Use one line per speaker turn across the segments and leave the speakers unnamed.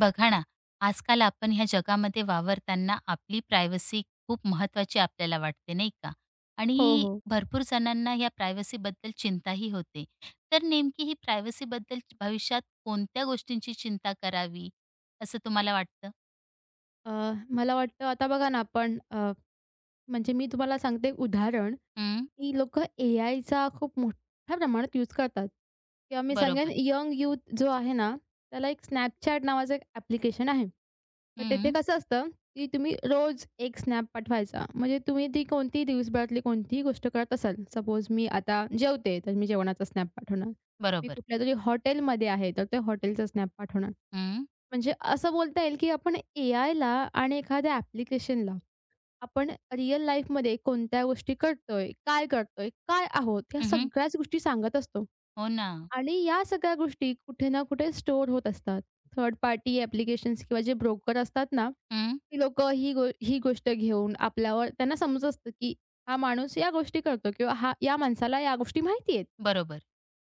बघा ना, आजकाल आपण ह्या जगामध्ये वावरताना आपली प्रायव्हसी खूप महत्वाची आपल्याला वाटते, नाही का?
हो,
आणि
हो.
भरपूर जणांना ह्या प्रायव्हसीबद्दल चिंताही होते. तर नेमकी ही प्रायव्हसीबद्दल भविष्यात कोणत्या गोष्टींची चिंता करावी, असं तुम्हाला वाटतं?
अ, मला वाटतं आता बघा ना आपण म्हणजे मी तुम्हाला सांगते एक उदाहरण,
हं.
की लोकं एआयचा खूप मोठ्या प्रमाणात यूज करतात किंवा मी सांगेन
बरोबर.
यंग यूथ जो आहे ना, त्याला एक Snapchat नावाचं एक ॲप्लिकेशन आहे. तर तिथे
हं.
कसं असतं, की तुम्ही रोज एक स्नॅप पाठवायचा. म्हणजे तुम्ही ती कोणतीही दिवसभरातली कोणतीही गोष्ट करत असाल. सपोज मी आता जेवते, तर मी जेवणाचा स्नॅप पाठवणार. मी
बरोबर.
कुठल्यातरी हॉटेलमध्ये आहे, तर त्या हॉटेलचा स्नॅप पाठवणार. म्हणजे असं बोलता येईल, की आपण एआयला आणि एखाद्या ॲप्लिकेशनला आपण रिअल लाईफमध्ये कोणत्या गोष्टी करतोय, काय करतोय, काय आहोत, ह्या
हं, हं.
सगळ्याच गोष्टी सांगत असतो.
हो ना.
आणि या सगळ्या गोष्टी कुठे ना कुठे स्टोअर होत असतात. थर्ड पार्टी ॲप्लिकेशन्स किंवा जे ब्रोकर असतात ना,
हं.
ती लोकं ही गोष्ट घेऊन आपल्यावर त्यांना समजत असतं, की हा माणूस या गोष्टी करतो किंवा हा या माणसाला या गोष्टी माहिती आहेत.
बरोबर.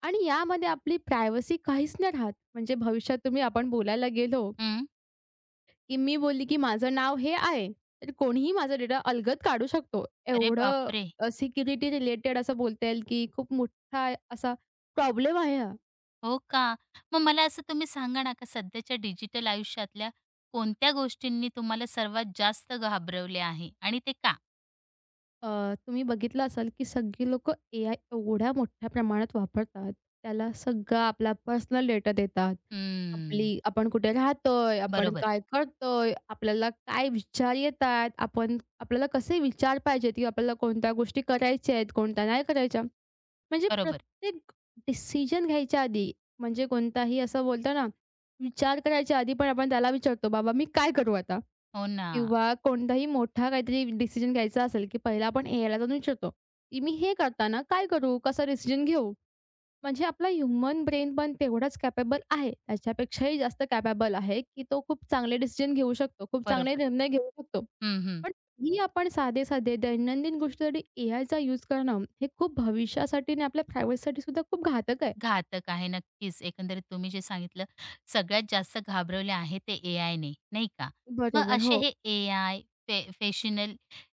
आणि यामध्ये आपली प्रायव्हसी काहीच नाही राहत. म्हणजे भविष्यात तुम्ही आपण बोलायला गेलो
हं.
की मी बोलली की माझं नाव हे आहे. तर कोणीही माझा डेटा अलगद काढू शकतो.
अरे
एवढं
बापरे!
सिक्युरिटी रिलेटेड असं बोलता येईल की खूप मोठा असा प्रॉब्लेम आहे हा.
हो का? मग मला असं तुम्ही सांगा ना, का सध्याच्या डिजिटल आयुष्यातल्या कोणत्या गोष्टींनी तुम्हाला सर्वात जास्त घाबरवले आहे आणि ते का?
तुम्ही बघितलं असाल की सगळी लोकं एआय एवढ्या मोठ्या प्रमाणात वापरतात. त्याला सगळा आपला पर्सनल डेटा देतात. आपली
हम्म.
आपण कुठे राहतोय, आपण
बरोबर,
काय करतोय, आपल्याला काय विचार येतात, आपण आपल्याला कसे विचार पाहिजेत, की आपल्याला कोणत्या गोष्टी करायच्या आहेत, कोणत्या नाही करायच्या. म्हणजे
बरोबर.
प्रत्येक डिसिजन घ्यायच्या आधी म्हणजे कोणताही असं बोलतो ना, विचार करायच्या आधी पण आपण त्याला विचारतो, "बाबा मी काय करू आता?"
हो ना.
किंवा कोणताही मोठा काहीतरी डिसिजन घ्यायचा असेल, की पहिला आपण एआयला जाऊन विचारतो, की "मी हे करताना काय करू? कसा डिसिजन घेऊ?" म्हणजे आपला ह्युमन ब्रेन पण तेवढाच कॅपेबल आहे. त्याच्यापेक्षाही जास्त कॅपेबल आहे, की तो खूप चांगले डिसिजन घेऊ शकतो, खूप चांगले
बरोबर.
निर्णय घेऊ शकतो.
हं, हं.
पण ही आपण साधे-साधे दैनंदिन गोष्टी जरी एआयचा यूज करणं, हे खूप भविष्यासाठी आणि आपल्या प्रायव्हसीसाठी सुद्धा खूप घातक आहे.
घातक आहे. नक्कीच, एकंदरीत तुम्ही जे सांगितलं, सगळ्यात जास्त घाबरवले आहे ते एआयने, नाही का? मग
बरोबर,
असे
हो.
हे एआय, फेशियल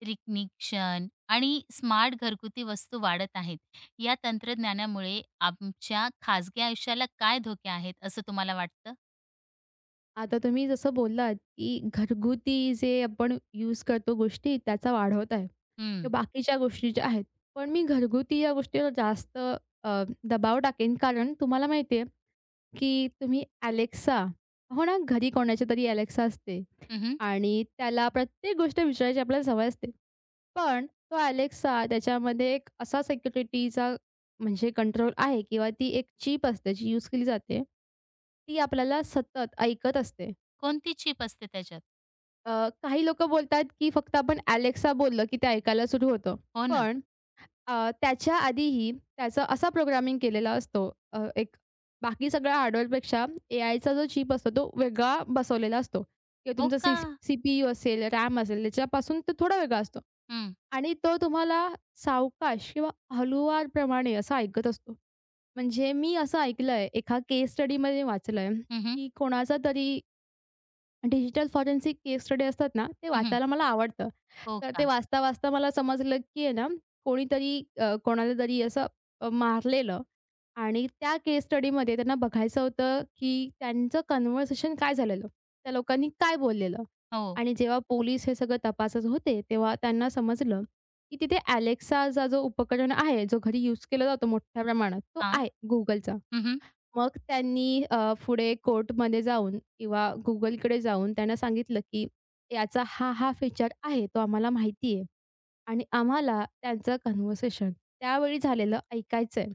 रिकग्निशन आणि स्मार्ट घरगुती वस्तू वाढत आहेत. या तंत्रज्ञानामुळे आमच्या खाजगी आयुष्याला काय धोके आहेत, असं तुम्हाला वाटतं?
आता तुम्ही जसं बोललात, की घरगुती जे आपण यूज करतो गोष्टी त्याचा वाढवत आहे.
हं.
किंवा बाकीच्या गोष्टी ज्या आहेत. पण मी घरगुती या गोष्टीवर जास्त अ, दबाव टाकेन कारण तुम्हाला माहिती आहे, की तुम्ही Alexa हो ना, घरी कोणाची तरी Alexa असते
हं,
आणि त्याला प्रत्येक गोष्ट विचारायची आपल्याला सवय असते. पण तो Alexa त्याच्यामध्ये एक असा सिक्युरिटीचा म्हणजे कंट्रोल आहे किंवा ती एक चीप असते जी यूज केली जाते. ती आपल्याला सतत ऐकत असते.
कोणती चिप असते त्याच्यात?
अ, काही लोकं बोलतात, की फक्त आपण Alexa बोललं, की ते ऐकायला सुरू होतं.
हो ना.
पण अ, त्याच्या आधीही त्याचा असा प्रोग्रामिंग केलेला असतो अ, एक बाकी सगळ्या हार्डवेअरपेक्षा एआयचा जो चिप असतो तो वेगळा बसवलेला असतो किंवा
हो
तुमचा
का?
सीपीयू असेल, रॅम असेल त्याच्यापासून तो थोडा वेगळा असतो.
हं.
आणि तो तुम्हाला सावकाश किंवा हळूवारप्रमाणे असं ऐकत असतो. म्हणजे मी असं ऐकलंय एका केस स्टडीमध्ये वाचलंय,
हं, हं.
की कोणाचा तरी डिजिटल फॉरेन्सिक केस स्टडी असतात ना, ते वाचायला मला आवडतं.
हो
तर ते
का?
वाचता-वाचता मला समजलं, की आहे ना कोणीतरी कोणाला तरी असं मारलेलं आणि त्या केस स्टडीमध्ये त्यांना बघायचं होतं, की त्यांचं कन्व्हर्सेशन काय झालेलं? त्या लोकांनी काय बोललेलं?
हो.
आणि जेव्हा पोलीस हे सगळं तपासत होते, तेव्हा त्यांना समजलं, की तिथे Alexaचा जो उपकरण आहे, जो घरी यूज केला जातो मोठ्या प्रमाणात, तो
हां.
आहे Googleचा.
हं.
मग त्यांनी पुढे कोर्टमध्ये जाऊन किंवा Googleकडे जाऊन त्यांना सांगितलं, की याचा हा फीचर आहे, तो आम्हाला माहिती आहे आणि आम्हाला त्यांचं कन्व्हर्सेशन त्यावेळी झालेलं ऐकायचंय.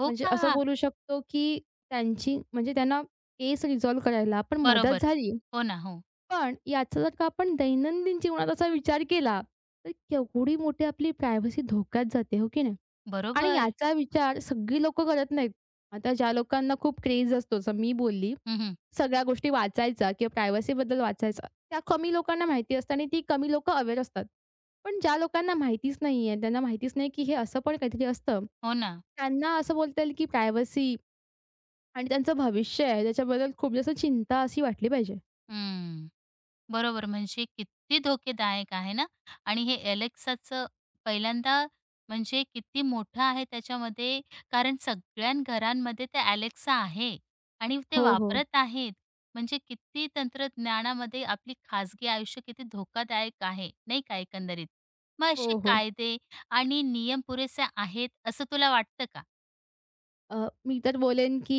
हो
म्हणजे असं
का?
बोलू शकतो, की त्यांची म्हणजे त्यांना केस रिझॉल्व करायला पण
बरोबर.
मदत झाली.
हो ना. हो.
पण याचा जर का आपण दैनंदिन जीवनात असा विचार केला, तर केवढी मोठी आपली प्रायव्हसी धोक्यात जाते, हो की नाही? आणि
बरोबर.
याचा विचार सगळी लोकं करत नाहीत. आता ज्या लोकांना खूप क्रेझ असतो, जसं मी बोलली,
हं.
सगळ्या गोष्टी वाचायचा किंवा प्रायव्हसीबद्दल वाचायचा, त्या कमी लोकांना माहिती असतं आणि ती कमी लोकं अवेअर असतात. पण ज्या लोकांना माहितीच नाहीये, त्यांना माहितीच नाही, की हे असं पण काहीतरी असतं.
हो ना.
त्यांना असं बोलता येईल की प्रायव्हसी आणि त्यांचं भविष्य आहे त्याच्याबद्दल खूप जास्त चिंता अशी वाटली पाहिजे.
हं. बरोबर म्हणजे किती धोकेदायक आहे ना, आणि हे Alexaचं पहिल्यांदा म्हणजे किती मोठं आहे त्याच्यामध्ये, कारण सगळ्या घरांमध्ये ते Alexa आहे आणि ते
हो, हो.
वापरत आहेत. म्हणजे किती तंत्रज्ञानामध्ये आपली खाजगी आयुष्य किती धोकादायक आहे, नाही का एकंदरीत? मग असे
हो, हो.
कायदे आणि नियम पुरेसे आहेत असं तुला वाटतं का?
मी तर बोलेन की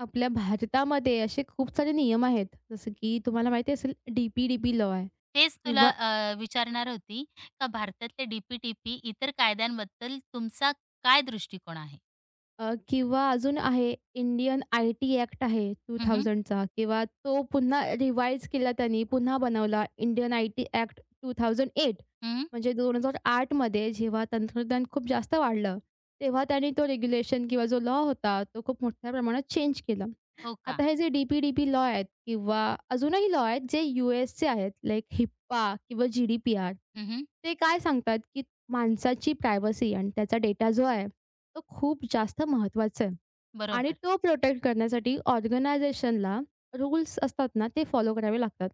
आपल्या भारतामध्ये असे खूप सारे नियम आहेत. जसं की तुम्हाला माहिती असेल डी-पी-डी-पी लॉ आहे
तेच तुला
किंवा
विचारणार होती, का भारतातले डी-पी-टी-पी इतर कायद्यांबद्दल तुमचा काय दृष्टिकोन आहे?
किंवा अजून आहे इंडियन आय-टी ॲक्ट आहे
हं, हं.
2000चा किंवा तो पुन्हा रिवाईज केला त्यांनी, पुन्हा बनवला इंडियन आय-टी ॲक्ट 2008. म्हणजे 2008 मध्ये जेव्हा तंत्रज्ञान खूप जास्त वाढलं, तेव्हा त्यांनी तो रेग्युलेशन किंवा जो लॉ होता, तो खूप मोठ्या प्रमाणात चेंज केला.
हो का?
आता हे जे DP DP D P law आहेत किंवा अजूनही लॉ आहेत जे यू-एसचे आहेत लाइक हिप्पा किंवा जी-डी-पी-आर.
हं.
ते काय सांगतात, की माणसाची प्रायव्हसी आणि त्याचा डेटा जो आहे, तो खूप जास्त महत्त्वाचा आहे आणि
बरोबर.
तो प्रोटेक्ट करण्यासाठी ऑर्गनायझेशनला रूल्स असतात ना, ते फॉलो करावे लागतात.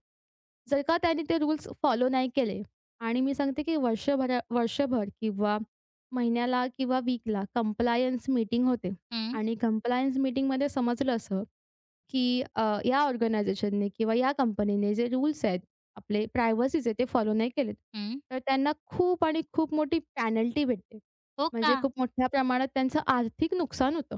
जर का त्याने ते रूल्स फॉलो नाही केले आणि मी सांगते, की वर्षभरा वर्षभर किंवा महिन्याला किंवा वीकला कंप्लायन्स मीटिंग होते
हं,
आणि कंप्लायन्स मीटिंगमध्ये समजलं असं, की या ऑर्गनायझेशनने किंवा या कंपनीने जे रूल्स आहेत, आपले प्रायव्हसीचे ते फॉलो नाही केलेत,
हं.
तर त्यांना खूप आणि खूप मोठी पेनल्टी भेटते.
हो का?
म्हणजे खूप मोठ्या प्रमाणात त्यांचं आर्थिक नुकसान होतं.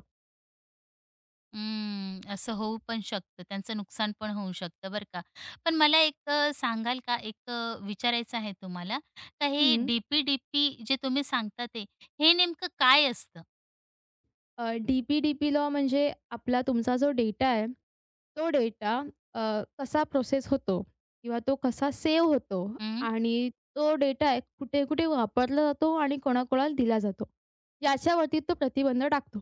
हं. असं होऊ पण शकतं. त्यांचं नुकसान पण होऊ शकतं बरं का. पण मला एक सांगाल का, एक विचारायचं आहे तुम्हाला, का हे
हं.
डी पी जे तुम्ही सांगता ते हे नेमकं काय असतं?
डी-पी-डी-पी लॉ म्हणजे आपला तुमचा जो डेटा आहे, तो डेटा कसा प्रोसेस होतो किंवा तो कसा सेव्ह होतो
हं.
आणि तो डेटा कुठे-कुठे वापरला जातो आणि कोणाकोणाला दिला जातो, याच्यावरती तो प्रतिबंध टाकतो.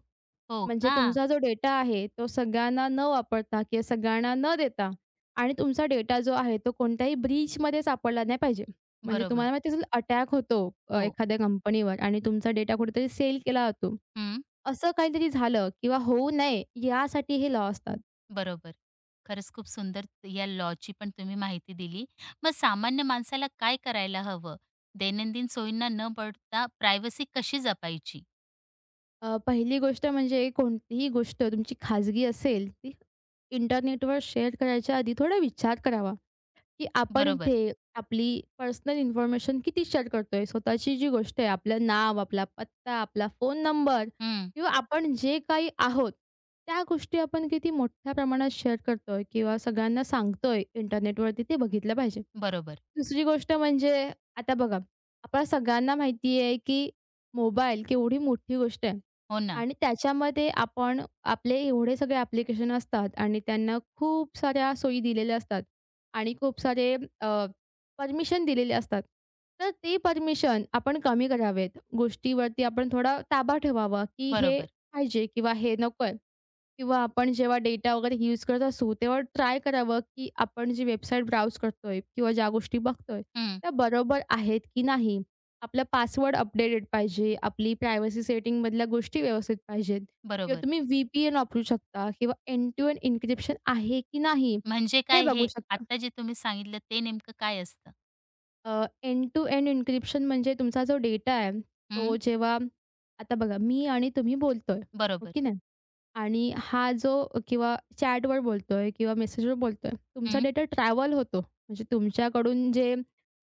हो
म्हणजे
का?
तुमचा जो डेटा आहे, तो सगळ्यांना न वापरता किंवा सगळ्यांना न देता आणि तुमचा डेटा जो आहे, तो कोणत्याही ब्रीचमध्ये सापडला नाही पाहिजे. म्हणजे
बरोबर.
तुम्हाला माहिती असेल अटॅक होतो
हो.
एखाद्या कंपनीवर आणि तुमचा डेटा कुठेतरी सेल केला जातो. असं काहीतरी झालं किंवा होऊ नये यासाठी हे लॉ असतात.
बरोबर. खरंच खूप सुंदर या लॉची पण तुम्ही माहिती दिली. मग सामान्य माणसाला काय करायला हवं? दैनंदिन सोयींना न बळता प्रायव्हसी कशी जपायची?
पहिली गोष्ट म्हणजे कोणतीही गोष्ट तुमची खाजगी असेल, ती इंटरनेटवर शेअर करायच्या आधी थोडा विचार करावा. की आपण
बरोबर.
इथे आपली पर्सनल इन्फॉर्मेशन किती शेअर करतोय. स्वतःची जी गोष्ट आहे, आपलं नाव, आपला पत्ता, आपला फोन नंबर
हं.
किंवा आपण जे काही आहोत, त्या गोष्टी आपण किती मोठ्या प्रमाणात शेअर करतोय किंवा सगळ्यांना सांगतोय इंटरनेटवरती ते बघितलं पाहिजे.
बरोबर.
दुसरी गोष्ट म्हणजे आता बघा, आपल्या सगळ्यांना माहिती आहे, की मोबाईल केवढी मोठी गोष्ट आहे
हो ना.
आणि त्याच्यामध्ये आपण आपले एवढे सगळे ॲप्लिकेशन असतात आणि त्यांना खूप साऱ्या सोयी दिलेल्या असतात आणि खूप सारे अ, परमिशन दिलेले असतात. तर ते परमिशन आपण कमी करावेत. गोष्टीवरती आपण थोडा ताबा ठेवावा, की हे
बरोबर.
पाहिजे किंवा हे नकोय. किंवा आपण जेव्हा डेटा वगैरे यूज करत असू, तेव्हा ट्राय करावं, की आपण जी वेबसाईट ब्राउज करतोय किंवा ज्या गोष्टी बघतोय,
हं.
त्या बरोबर आहेत की नाही. आपला पासवर्ड अपडेटेड पाहिजे, आपली प्रायव्हसी सेटिंगमधल्या गोष्टी व्यवस्थित पाहिजेत किंवा
बरोबर.
तुम्ही व्ही-पी-एन वापरू शकता किंवा एंड टू एंड एन्क्रिप्शन आहे की नाही,
म्हणजे
हे
काय,
बघू
हे
शकता.
आत्ता जे तुम्ही सांगितलं ते नेमकं काय असतं?
अ, टू एंड एन्क्रिप्शन म्हणजे तुमचा जो डेटा आहे, तो
हं.
जेव्हा आता बघा मी आणि तुम्ही बोलतोय, हो
बरोबर.
आणि हा जो किंवा चॅटवर बोलतोय किंवा मेसेजवर बोलतोय, तुमचा
हं.
डेटा ट्रॅव्हल होतो. म्हणजे तुमच्याकडून जे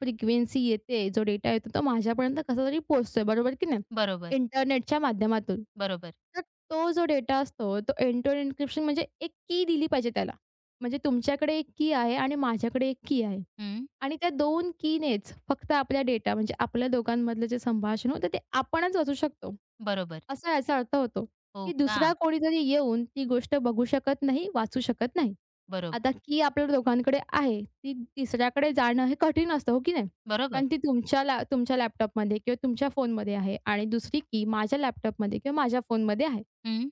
फ्रिक्वेन्सी येते, जो डेटा येतो तो माझ्यापर्यंत कसातरी पोहोचतोय, बरोबर की नाही?
बरोबर.
इंटरनेटच्या माध्यमातून.
बरोबर.
तर तो जो डेटा असतो तो एंड टू म्हणजे एक की दिली पाहिजे त्याला. म्हणजे तुमच्याकडे एक की आहे आणि माझ्याकडे एक की आहे.
हं.
आणि त्या 2 कीनेच फक्त आपला डेटा म्हणजे आपल्या दोघांमधलं जे संभाषण होतं ते आपणच वाचू शकतो.
बरोबर.
असा याचा अर्थ होतो,
हो
की
का?
दुसरा कोणीतरी येऊन ती गोष्ट बघू शकत नाही, वाचू शकत नाही. आता
बरोबर.
की आपल्या दोघांकडे आहे, ती तिसऱ्याकडे जाणं हे कठीण असतं, हो की नाही?
बरोबर.
कारण ती तुमच्या लॅपटॉपमध्ये किंवा तुमच्या फोनमध्ये आहे आणि दुसरी की माझ्या लॅपटॉपमध्ये किंवा माझ्या फोनमध्ये आहे
हं.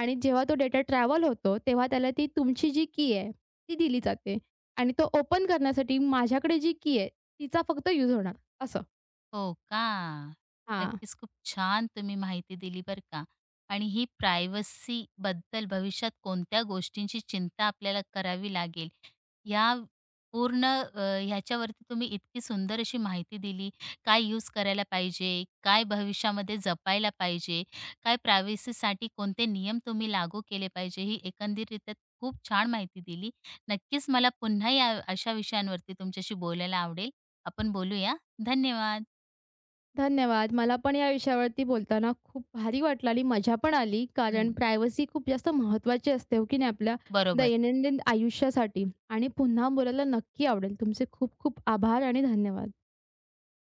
आणि जेव्हा तो डेटा ट्रॅव्हल होतो, तेव्हा त्याला ती तुमची जी की आहे, ती दिली जाते आणि तो ओपन करण्यासाठी माझ्याकडे जी की आहे, तिचा फक्त यूज होणार असं.
हो का?
हां.
नक्कीच, खूप छान तुम्ही माहिती दिली बरं का. आणि ही प्रायव्हसीबद्दल भविष्यात कोणत्या गोष्टींची चिंता आपल्याला करावी लागेल, या पूर्ण ह्याच्यावरती तुम्ही इतकी सुंदर अशी माहिती दिली. काय यूज करायला पाहिजे, काय भविष्यामध्ये जपायला पाहिजे, काय प्रायव्हसीसाठी कोणते नियम तुम्ही लागू केले पाहिजे, ही एकंदरीतरीत्या खूप छान माहिती दिली. नक्कीच मला पुन्हा या अशा विषयांवरती तुमच्याशी बोलायला आवडेल. आपण बोलूया. धन्यवाद.
धन्यवाद. मला पण या विषयावरती बोलताना खूप भारी वाटलं आणि मजा पण आली. कारण
हं,
प्रायव्हसी खूप जास्त महत्त्वाची असते, हो की नाही, आपल्या
बरोबर.
दैनंदिन आयुष्यासाठी. आणि पुन्हा बोलायला नक्की आवडेल. तुमचे खूप खूप आभार आणि धन्यवाद.